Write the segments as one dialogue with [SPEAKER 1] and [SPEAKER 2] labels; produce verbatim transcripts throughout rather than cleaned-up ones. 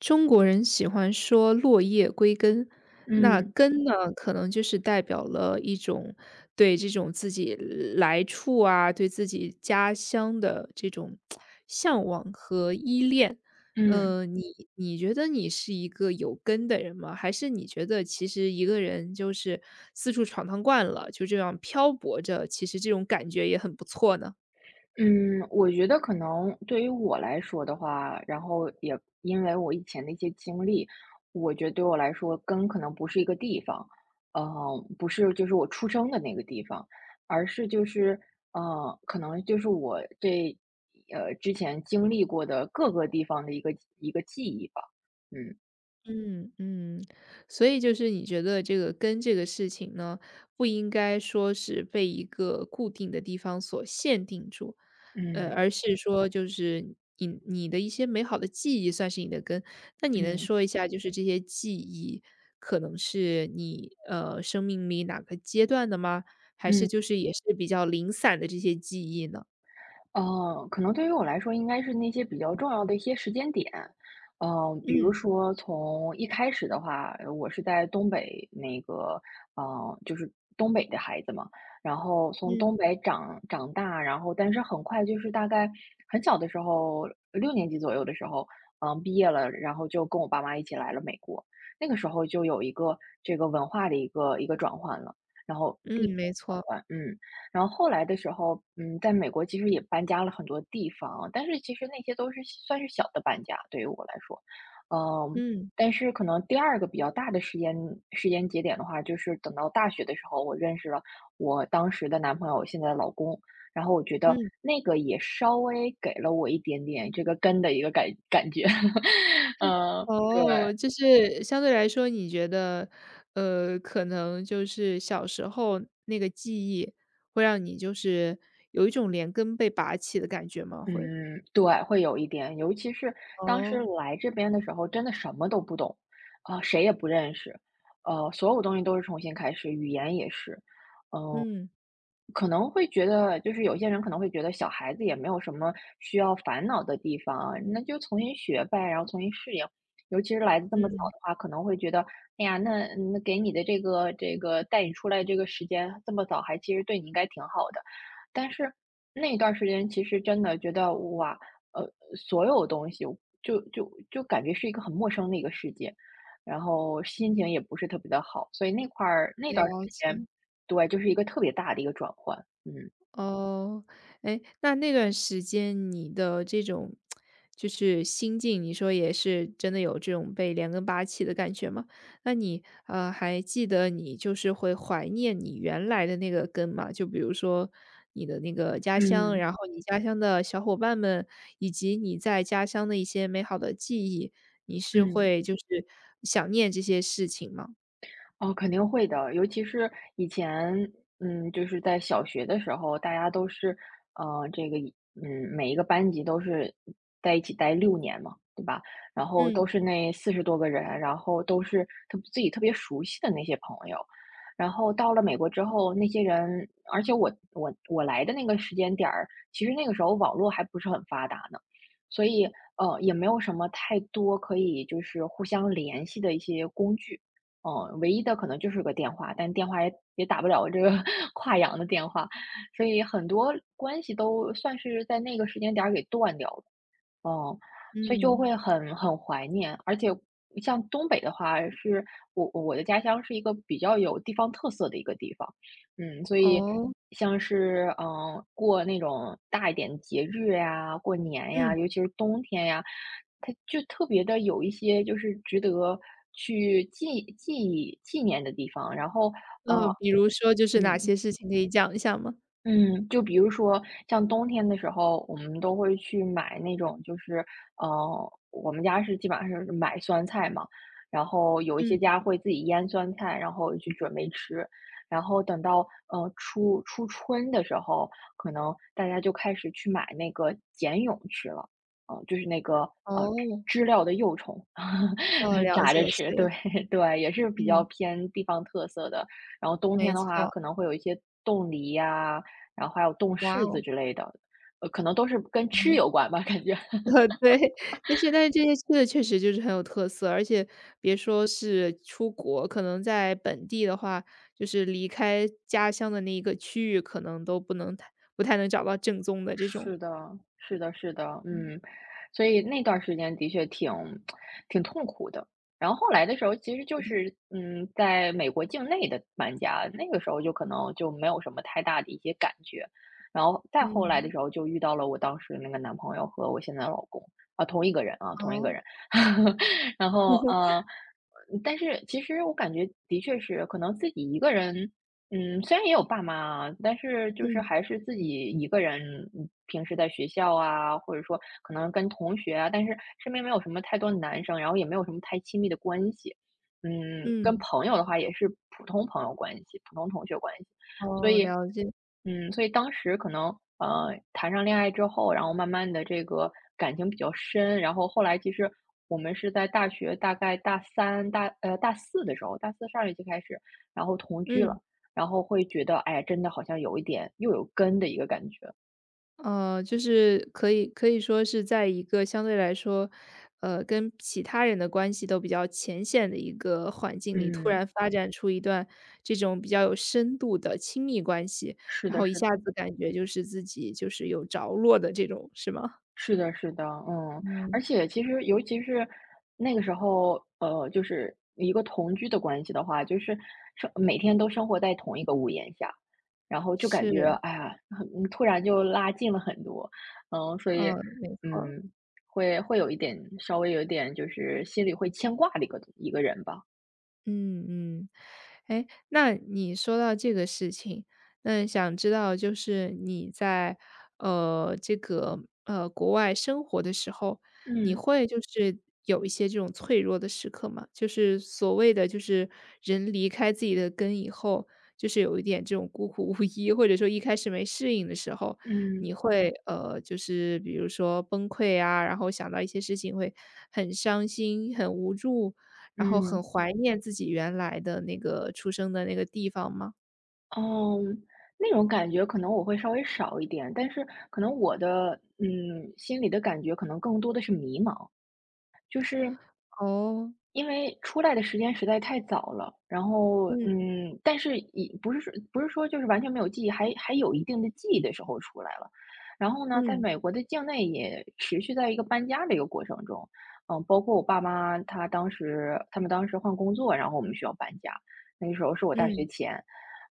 [SPEAKER 1] 中国人喜欢说“落叶归根”，那
[SPEAKER 2] 嗯
[SPEAKER 1] 根呢，可能就是代表了一种对这种自己来处啊，对自己家乡的这种向往和依恋。
[SPEAKER 2] 嗯
[SPEAKER 1] 呃，你你觉得你是一个有根的人吗？还是你觉得其实一个人就是四处闯荡惯了，就这样漂泊着，其实这种感觉也很不错呢？
[SPEAKER 2] 嗯，我觉得可能对于我来说的话，然后也因为我以前的一些经历，我觉得对我来说根可能不是一个地方，呃，不是就是我出生的那个地方，而是就是呃，可能就是我这呃之前经历过的各个地方的一个一个记忆吧。嗯
[SPEAKER 1] 嗯嗯，所以就是你觉得这个根这个事情呢，不应该说是被一个固定的地方所限定住，呃，
[SPEAKER 2] 嗯
[SPEAKER 1] 而是说就是你你的一些美好的记忆算是你的根。那你能
[SPEAKER 2] 嗯
[SPEAKER 1] 说一下，就是这些记忆可能是你呃生命里哪个阶段的吗？还
[SPEAKER 2] 嗯。
[SPEAKER 1] 是就是也是比较零散的这些记忆呢？
[SPEAKER 2] 呃，可能对于我来说应该是那些比较重要的一些时间点。嗯，比如
[SPEAKER 1] 嗯
[SPEAKER 2] 说从一开始的话，呃我是在东北那个，嗯，就是东北的孩子嘛，然后从东
[SPEAKER 1] 嗯
[SPEAKER 2] 北长长大，然后但是很快就是大概很小的时候，六年级左右的时候，嗯、毕业了，然后就跟我爸妈一起来了美国。那个时候就有一个这个文化的一个一个转换了，然后地
[SPEAKER 1] 嗯，
[SPEAKER 2] 域
[SPEAKER 1] 没
[SPEAKER 2] 转
[SPEAKER 1] 错，
[SPEAKER 2] 换，嗯。然后后来的时候，嗯，在美国其实也搬家了很多地方，但是其实那些都是算是小的搬家，对于我来说。嗯，
[SPEAKER 1] 嗯
[SPEAKER 2] 但是可能第二个比较大的时间时间节点的话，就是等到大学的时候，我认识了我当时的男朋友，现在的老公。然后我觉得
[SPEAKER 1] 嗯。
[SPEAKER 2] 那个也稍微给了我一点点这个根的一个感感觉，嗯，对。
[SPEAKER 1] 哦，就是相对来说，你觉得，呃，可能就是小时候那个记忆会让你就是有一种连根被拔起的感觉吗？会？
[SPEAKER 2] 嗯，对，会有一点，尤其是当时
[SPEAKER 1] 哦，
[SPEAKER 2] 来这边的时候，真的什么都不懂，啊、谁也不认识，呃，所有东西都是重新开始，语言也是，
[SPEAKER 1] 嗯，
[SPEAKER 2] 可能会觉得就是有些人可能会觉得小孩子也没有什么需要烦恼的地方啊那就重新学呗，然后重新适应。尤其是来的这么早
[SPEAKER 1] 嗯，
[SPEAKER 2] 的话，可能会觉得，哎呀，那嗯那给你的这个这个带你出来这个时间这么早，还其实对你应该挺好的。但是那一段时间，其实真的觉得哇，呃，所有东西就就就感觉是一个很陌生的一个世界，然后心情也不是特别的好，所以那块儿那段时
[SPEAKER 1] 了解。
[SPEAKER 2] 间。对，就是一个特别大的一个转换，嗯。
[SPEAKER 1] 哦，哎，那那段时间你的这种就是心境，你说也是真的有这种被连根拔起的感觉吗？那你，呃，还记得你就是会怀念你原来的那个根吗？就比如说你的那个家乡，
[SPEAKER 2] 嗯，
[SPEAKER 1] 然后你家乡的小伙伴们，以及你在家乡的一些美好的记忆，你是
[SPEAKER 2] 嗯，
[SPEAKER 1] 会就是想念这些事情吗？
[SPEAKER 2] 哦，肯定会的。尤其是以前，嗯，就是在小学的时候，大家都是，呃，这个一，嗯，每一个班级都是在一起待六年嘛，对吧？然后都
[SPEAKER 1] 嗯
[SPEAKER 2] 是那四十多个人，然后都是特自己特别熟悉的那些朋友。然后到了美国之后，那些人，而且我我我来的那个时间点儿，其实那个时候网络还不是很发达呢，所以呃，也没有什么太多可以就是互相联系的一些工具。嗯，唯一的可能就是个电话，但电话也也打不了这个 跨洋的电话，所以很多关系都算是在那个时间点儿给断掉了。哦，所以就
[SPEAKER 1] 嗯。
[SPEAKER 2] 会很很怀念，而且像东北的话，是我我的家乡是一个比较有地方特色的一个地方，嗯，所以
[SPEAKER 1] 哦。
[SPEAKER 2] 像是嗯呃过那种大一点的节日呀、过年
[SPEAKER 1] 嗯。
[SPEAKER 2] 呀，尤其是冬天呀，它就特别的有一些就是值得去记记忆纪念的地方，然后呃
[SPEAKER 1] 嗯，比如说就是哪些
[SPEAKER 2] 嗯
[SPEAKER 1] 事情可以讲一下吗？
[SPEAKER 2] 嗯，就比如说像冬天的时候，我们都会去买那种，就是，呃，我们家是基本上是买酸菜嘛，然后有一
[SPEAKER 1] 嗯，
[SPEAKER 2] 些家会自己腌酸菜，然后去准备吃，然后等到呃初初春的时候，可能大家就开始去买那个茧蛹吃了，呃，就是那个呃
[SPEAKER 1] 哦，
[SPEAKER 2] 知知了的幼虫，
[SPEAKER 1] 哦，了
[SPEAKER 2] 炸
[SPEAKER 1] 解，
[SPEAKER 2] 着吃，
[SPEAKER 1] 是，
[SPEAKER 2] 对 对，也是比较
[SPEAKER 1] 嗯，
[SPEAKER 2] 偏地方特色的。然后冬
[SPEAKER 1] 没
[SPEAKER 2] 天的话，
[SPEAKER 1] 错，
[SPEAKER 2] 可能会有一些冻梨呀、然后还有冻
[SPEAKER 1] 哇
[SPEAKER 2] 柿子
[SPEAKER 1] 哦，
[SPEAKER 2] 之类的，呃，可能都是跟吃
[SPEAKER 1] 嗯，
[SPEAKER 2] 有关吧，感觉。
[SPEAKER 1] 呃，对，但是但是这些吃的确实就是很有特色，而且别说是出国，可能在本地的话，就是离开家乡的那一个区域，可能都不能太不太能找到正宗的这种。
[SPEAKER 2] 是的，是的，是的，
[SPEAKER 1] 嗯，
[SPEAKER 2] 嗯，所以那段儿时间的确挺挺痛苦的。然后后来的时候，其实就是，嗯，在美国境内的搬家，那个时候就可能就没有什么太大的一些感觉。然后再后来的
[SPEAKER 1] 嗯，
[SPEAKER 2] 时候，就遇到了我当时那个男朋友和我现在的老公，啊，同一个人啊，同一
[SPEAKER 1] 哦，
[SPEAKER 2] 个人。然后，呃，但是其实我感觉的确是，可能自己一个人嗯，虽然也有爸妈啊，但是就是
[SPEAKER 1] 嗯，
[SPEAKER 2] 还是自己一个人，嗯平时在学校啊，或者说可能跟同学啊，但是身边没有什么太多男生，然后也没有什么太亲密的关系。嗯，跟
[SPEAKER 1] 嗯，
[SPEAKER 2] 朋友的话也是普通朋友关系，普通同学关系，所
[SPEAKER 1] 哦，
[SPEAKER 2] 以，
[SPEAKER 1] 了解，
[SPEAKER 2] 嗯，所以当时可能呃谈上恋爱之后，然后慢慢的这个感情比较深，然后后来其实我们是在大学大概大三大呃大四的时候，大四上学期开始，然后同居
[SPEAKER 1] 嗯。
[SPEAKER 2] 了。然后会觉得，哎，真的好像有一点又有根的一个感觉。
[SPEAKER 1] 呃，就是可以可以说是在一个相对来说，呃，跟其他人的关系都比较浅显的一个环境里，突然
[SPEAKER 2] 嗯，
[SPEAKER 1] 发展出一段这种比较有深度的亲密关系，
[SPEAKER 2] 是
[SPEAKER 1] 然
[SPEAKER 2] 的，
[SPEAKER 1] 后一
[SPEAKER 2] 是
[SPEAKER 1] 下
[SPEAKER 2] 的，
[SPEAKER 1] 子感觉就是自己就是有着落的这种，是吗？
[SPEAKER 2] 是的，是的，嗯，
[SPEAKER 1] 嗯，
[SPEAKER 2] 而且其实尤其是那个时候，呃，就是一个同居的关系的话，就是生每天都生活在同一个屋檐下，然后就感觉，
[SPEAKER 1] 是，
[SPEAKER 2] 哎呀，很突然就拉近了很多，嗯，所以，
[SPEAKER 1] 嗯，没错。
[SPEAKER 2] 嗯，会会有一点稍微有一点就是心里会牵挂的一个一个人吧。
[SPEAKER 1] 嗯嗯，哎，那你说到这个事情，那想知道就是你在呃这个呃国外生活的时候，你
[SPEAKER 2] 嗯
[SPEAKER 1] 会就是有一些这种脆弱的时刻吗？就是所谓的就是人离开自己的根以后，就是有一点这种孤苦无依，或者说一开始没适应的时候，
[SPEAKER 2] 嗯
[SPEAKER 1] 你会呃就是比如说崩溃啊，然后想到一些事情会很伤心、很无助。然后很
[SPEAKER 2] 嗯。
[SPEAKER 1] 怀念自己原来的那个出生的那个地方吗？
[SPEAKER 2] 嗯，那种感觉可能我会稍微少一点，但是可能我的嗯心里的感觉可能更多的是迷茫，就是。
[SPEAKER 1] 哦，
[SPEAKER 2] 因为出来的时间实在太早了，然后，
[SPEAKER 1] 嗯，
[SPEAKER 2] 嗯，但是也不是说不是说就是完全没有记忆，还还有一定的记忆的时候出来了。然后呢，在
[SPEAKER 1] 嗯，
[SPEAKER 2] 美国的境内也持续在一个搬家的一个过程中，嗯，包括我爸妈他当时他们当时换工作，然后我们需要搬家，那个时候是我大
[SPEAKER 1] 嗯，
[SPEAKER 2] 学前，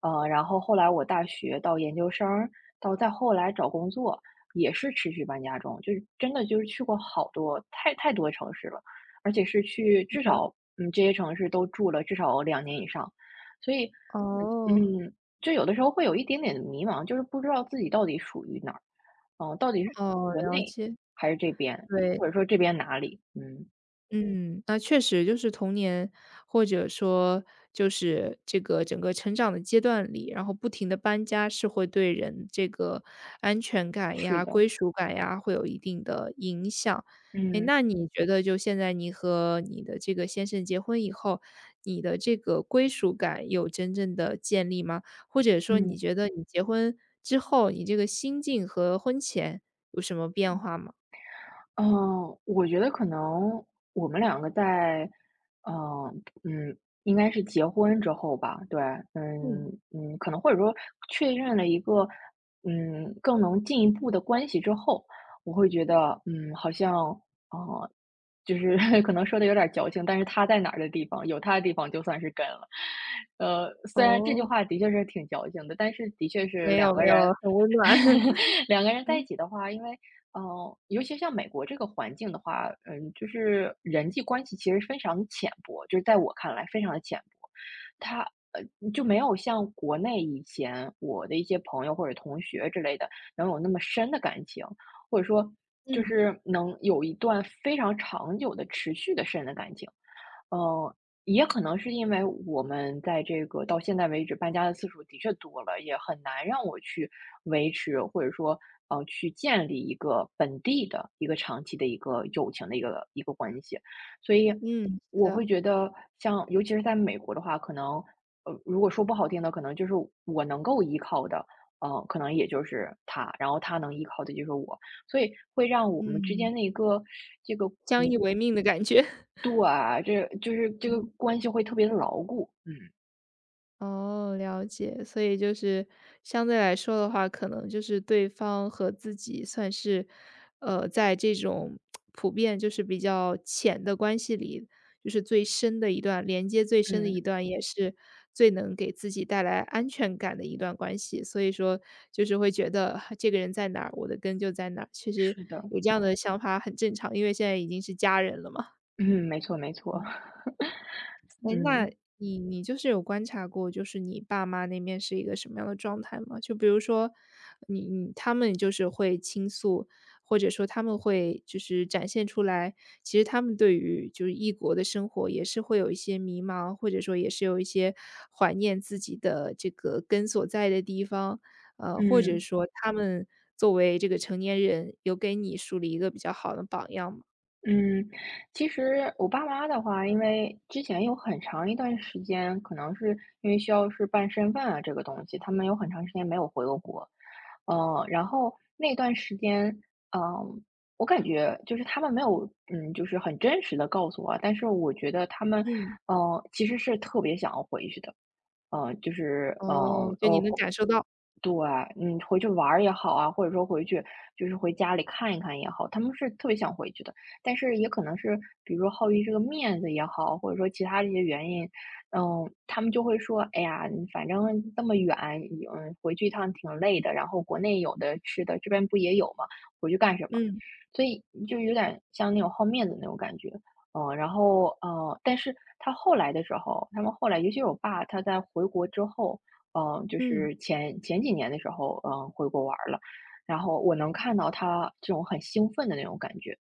[SPEAKER 2] 呃，然后后来我大学到研究生儿，到再后来找工作，也是持续搬家中，就是真的就是去过好多太太多城市了。而且是去至少嗯这些城市都住了至少两年以上，所以
[SPEAKER 1] 哦，
[SPEAKER 2] 嗯，就有的时候会有一点点的迷茫，就是不知道自己到底属于哪儿，嗯，到底是
[SPEAKER 1] 哦，
[SPEAKER 2] 国
[SPEAKER 1] 了
[SPEAKER 2] 内
[SPEAKER 1] 解，
[SPEAKER 2] 还是这边，
[SPEAKER 1] 对。
[SPEAKER 2] 或者说这边哪里？嗯，
[SPEAKER 1] 嗯，那确实就是童年，或者说就是这个整个成长的阶段里，然后不停的搬家是会对人这个安全感
[SPEAKER 2] 是
[SPEAKER 1] 呀、
[SPEAKER 2] 的，
[SPEAKER 1] 归属感呀，会有一定的影响。哎，
[SPEAKER 2] 嗯
[SPEAKER 1] 那你觉得就现在你和你的这个先生结婚以后，你的这个归属感有真正的建立吗？或者说你
[SPEAKER 2] 嗯。
[SPEAKER 1] 觉得你结婚之后，你这个心境和婚前有什么变化吗？
[SPEAKER 2] 嗯，我觉得可能我们两个在，嗯嗯，应该是结婚之后吧，对，嗯
[SPEAKER 1] 嗯。
[SPEAKER 2] 嗯，可能或者说确认了一个，嗯，更能进一步的关系之后，我会觉得，嗯，好像，呃，就是 可能说的有点矫情，但是他在哪儿的地方，有他的地方就算是根了。呃，虽然这句
[SPEAKER 1] 哦。
[SPEAKER 2] 话的确是挺矫情的，但是的确是
[SPEAKER 1] 没有
[SPEAKER 2] 两个
[SPEAKER 1] 没有，
[SPEAKER 2] 人，
[SPEAKER 1] 很温暖。
[SPEAKER 2] 两个 人在一
[SPEAKER 1] 嗯
[SPEAKER 2] 起的话，因为呃，尤其像美国这个环境的话，嗯，就是人际关系其实非常浅薄，就是在我看来非常的浅薄。他呃就没有像国内以前我的一些朋友或者同学之类的能有那么深的感情，或者说就
[SPEAKER 1] 嗯
[SPEAKER 2] 是能有一段非常长久的持续的深的感情。呃，也可能是因为我们在这个到现在为止搬家的次数的确多了，也很难让我去维持，或者说，呃，去建立一个本地的一个长期的一个友情的一个一个关系。所以
[SPEAKER 1] 嗯，是
[SPEAKER 2] 我
[SPEAKER 1] 的，
[SPEAKER 2] 会觉得像尤其是在美国的话，可能，呃，如果说不好听的，可能就是我能够依靠的，呃，可能也就是他，然后他能依靠的就是我。所以会让我们之
[SPEAKER 1] 嗯，
[SPEAKER 2] 间的一个这个
[SPEAKER 1] 相依为命的感觉。
[SPEAKER 2] 对，这就是这个 关系会特别的牢固，嗯，
[SPEAKER 1] 哦，了解。所以就是相对来说的话，可能就是对方和自己算是，呃，在这种普遍就是比较浅的关系里，就是最深的一段连接最深的一
[SPEAKER 2] 嗯，
[SPEAKER 1] 段，也是最能给自己带来安全感的一段关系。所以说就是会觉得啊这个人在哪儿，我的根就在哪儿。其实
[SPEAKER 2] 是的，
[SPEAKER 1] 有这样的想法很正常，因为现在已经是家人了嘛。
[SPEAKER 2] 嗯，没错没错，
[SPEAKER 1] 哎，那
[SPEAKER 2] 嗯，
[SPEAKER 1] 你你就是有观察过，就是你爸妈那边是一个什么样的状态吗？就比如说，你你他们就是会倾诉，或者说他们会就是展现出来，其实他们对于就是异国的生活也是会有一些迷茫，或者说也是有一些怀念自己的这个根所在的地方，呃，或者
[SPEAKER 2] 嗯。
[SPEAKER 1] 说他们作为这个成年人，有给你树立一个比较好的榜样吗？
[SPEAKER 2] 嗯，其实我爸妈的话，因为之前有很长一段时间，可能是因为需要是办身份啊这个东西，他们有很长时间没有回过国。呃，然后那段时间，嗯、我感觉就是他们没有，嗯，就是很真实的告诉我啊但是我觉得他们，
[SPEAKER 1] 嗯。
[SPEAKER 2] 呃，其实是特别想要回去的。呃，就是，呃，
[SPEAKER 1] 哦，就你
[SPEAKER 2] 呃，
[SPEAKER 1] 能感受到，
[SPEAKER 2] 对，嗯，回去玩儿也好啊，或者说回去就是回家里看一看也好，他们是特别想回去的。但是也可能是，比如说好于这个面子也好，或者说其他的一些原因，嗯，他们就会说：“哎呀，你反正这么远，嗯，回去一趟挺累的。然后国内有的吃的，这边不也有吗？回去干什么？”
[SPEAKER 1] 嗯
[SPEAKER 2] 所以就有点像那种好面子那种感觉。嗯，然后嗯，但是他后来的时候，他们后来，尤其是我爸，他在回国之后。嗯，就
[SPEAKER 1] 嗯。
[SPEAKER 2] 是前前几年的时候，嗯，回国玩儿了，然后我能看到他这种很兴奋的那种感觉，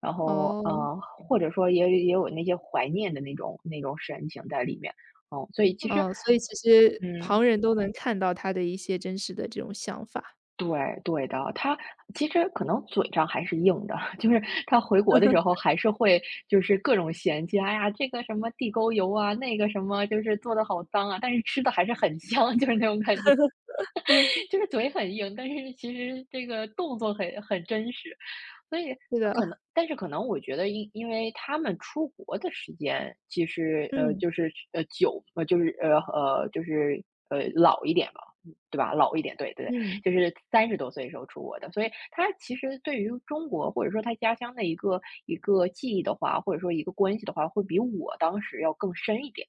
[SPEAKER 2] 然后，
[SPEAKER 1] 哦，
[SPEAKER 2] 呃，或者说也也有那些怀念的那种那种神情在里面，嗯，所以其实，
[SPEAKER 1] 嗯，所以其实
[SPEAKER 2] 嗯，
[SPEAKER 1] 旁人都能看到他的一些真实的这种想法。
[SPEAKER 2] 对对的，他其实可能嘴上还是硬的，就是他回国的时候还是会就是各种嫌弃，哎呀，这个什么地沟油啊，那个什么就是做的好脏啊，但是吃的还是很香，就是那种感觉。就是嘴很硬，但是其实这个动作很很真实，所以
[SPEAKER 1] 是
[SPEAKER 2] 呃
[SPEAKER 1] 的，
[SPEAKER 2] 可能，但是可能我觉得因因为他们出国的时间其实呃
[SPEAKER 1] 嗯，
[SPEAKER 2] 就是呃久呃就是呃呃就是呃老一点吧，嗯对吧？老一点，对对对，
[SPEAKER 1] 嗯。
[SPEAKER 2] 就是三十多岁的时候出国的，所以他其实对于中国或者说他家乡的一个一个记忆的话，或者说一个关系的话，会比我当时要更深一点，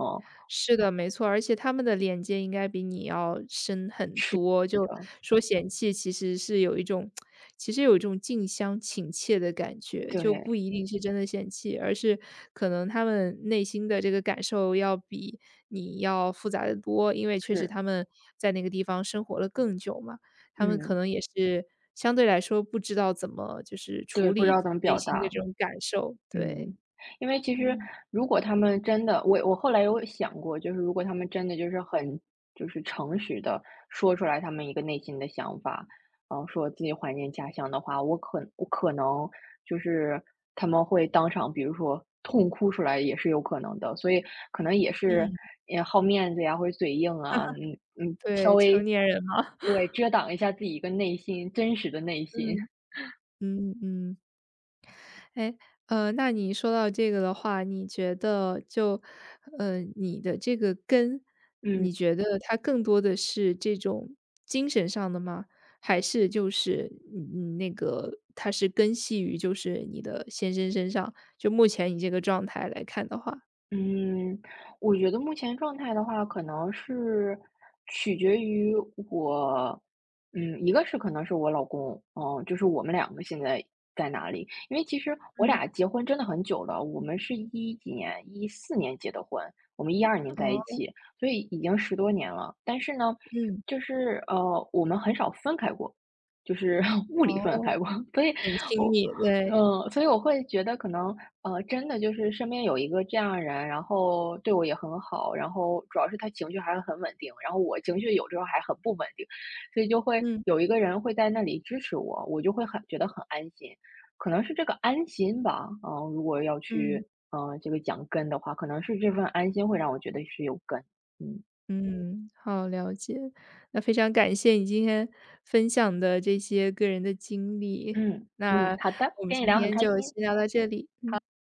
[SPEAKER 2] 嗯，
[SPEAKER 1] 是的，没错，而且他们的连接应该比你要深很
[SPEAKER 2] 是
[SPEAKER 1] 多。
[SPEAKER 2] 是
[SPEAKER 1] 就
[SPEAKER 2] 的，
[SPEAKER 1] 说嫌弃，其实是有一种，其实有一种近乡情怯的感觉，就不
[SPEAKER 2] 对，
[SPEAKER 1] 一定是真的嫌弃，而是可能他们内心的这个感受要比你要复杂的多。因为确实
[SPEAKER 2] 是，
[SPEAKER 1] 他们在那个地方生活了更久嘛，他们可
[SPEAKER 2] 嗯，
[SPEAKER 1] 能也是相对来说不知道怎么就是处
[SPEAKER 2] 对，不知
[SPEAKER 1] 理
[SPEAKER 2] 道怎么
[SPEAKER 1] 内
[SPEAKER 2] 表
[SPEAKER 1] 心的
[SPEAKER 2] 达。
[SPEAKER 1] 这种感受，对。
[SPEAKER 2] 嗯，因为其实
[SPEAKER 1] 嗯。
[SPEAKER 2] 如果他们真的，我我后来有想过，就是如果他们真的就是很就是诚实的说出来他们一个内心的想法，然后说自己怀念家乡的话，我可我可能就是他们会当场，比如说痛哭出来也是有可能的，所以可能也是
[SPEAKER 1] 嗯，
[SPEAKER 2] 也好面子呀，或者嘴硬啊，嗯嗯，稍
[SPEAKER 1] 对，成
[SPEAKER 2] 微
[SPEAKER 1] 年人嘛，
[SPEAKER 2] 对遮挡一下自己一个内心真实的内 心，
[SPEAKER 1] 嗯。嗯嗯，哎，呃，那你说到这个的话，你觉得就，呃，你的这个根，
[SPEAKER 2] 嗯。
[SPEAKER 1] 你觉得它更多的是这种精神上的吗？还是就是你你那个它是根系于就是你的先生身上？就目前你这个状态来看的话，
[SPEAKER 2] 嗯，我觉得目前状态的话，可能是取决于我，嗯，一个是可能是我老公，嗯，就是我们两个现在在哪里？因为其实我
[SPEAKER 1] 嗯，
[SPEAKER 2] 俩结婚真的很久了，我们是一几年，一四年结的婚，我们一二年在一
[SPEAKER 1] 哦，
[SPEAKER 2] 起，所以已经十多年了。但是呢，
[SPEAKER 1] 嗯，
[SPEAKER 2] 就是呃，我们很少分开过，就是 物理分
[SPEAKER 1] 哦，
[SPEAKER 2] 开过，所以
[SPEAKER 1] 很亲
[SPEAKER 2] 我
[SPEAKER 1] 密，对，
[SPEAKER 2] 嗯，所以我会觉得可能，呃，真的就是身边有一个这样的人，然后对我也很好，然后主要是他情绪还很稳定，然后我情绪有时候还很不稳定，所以就会
[SPEAKER 1] 嗯。
[SPEAKER 2] 有一个人会在那里支持我，我就会很觉得很安心，可能是这个安心吧，嗯，如果要
[SPEAKER 1] 嗯。
[SPEAKER 2] 去，嗯，这个讲根的话，可能是这份安心会让我觉得是有根，嗯
[SPEAKER 1] 嗯，好，了解。那非常感谢你今天分享的这些个人的经历，
[SPEAKER 2] 嗯，嗯，
[SPEAKER 1] 那
[SPEAKER 2] 好的，
[SPEAKER 1] 我们
[SPEAKER 2] 跟你
[SPEAKER 1] 今
[SPEAKER 2] 聊很
[SPEAKER 1] 天
[SPEAKER 2] 开
[SPEAKER 1] 就
[SPEAKER 2] 心。
[SPEAKER 1] 先聊到这里，嗯。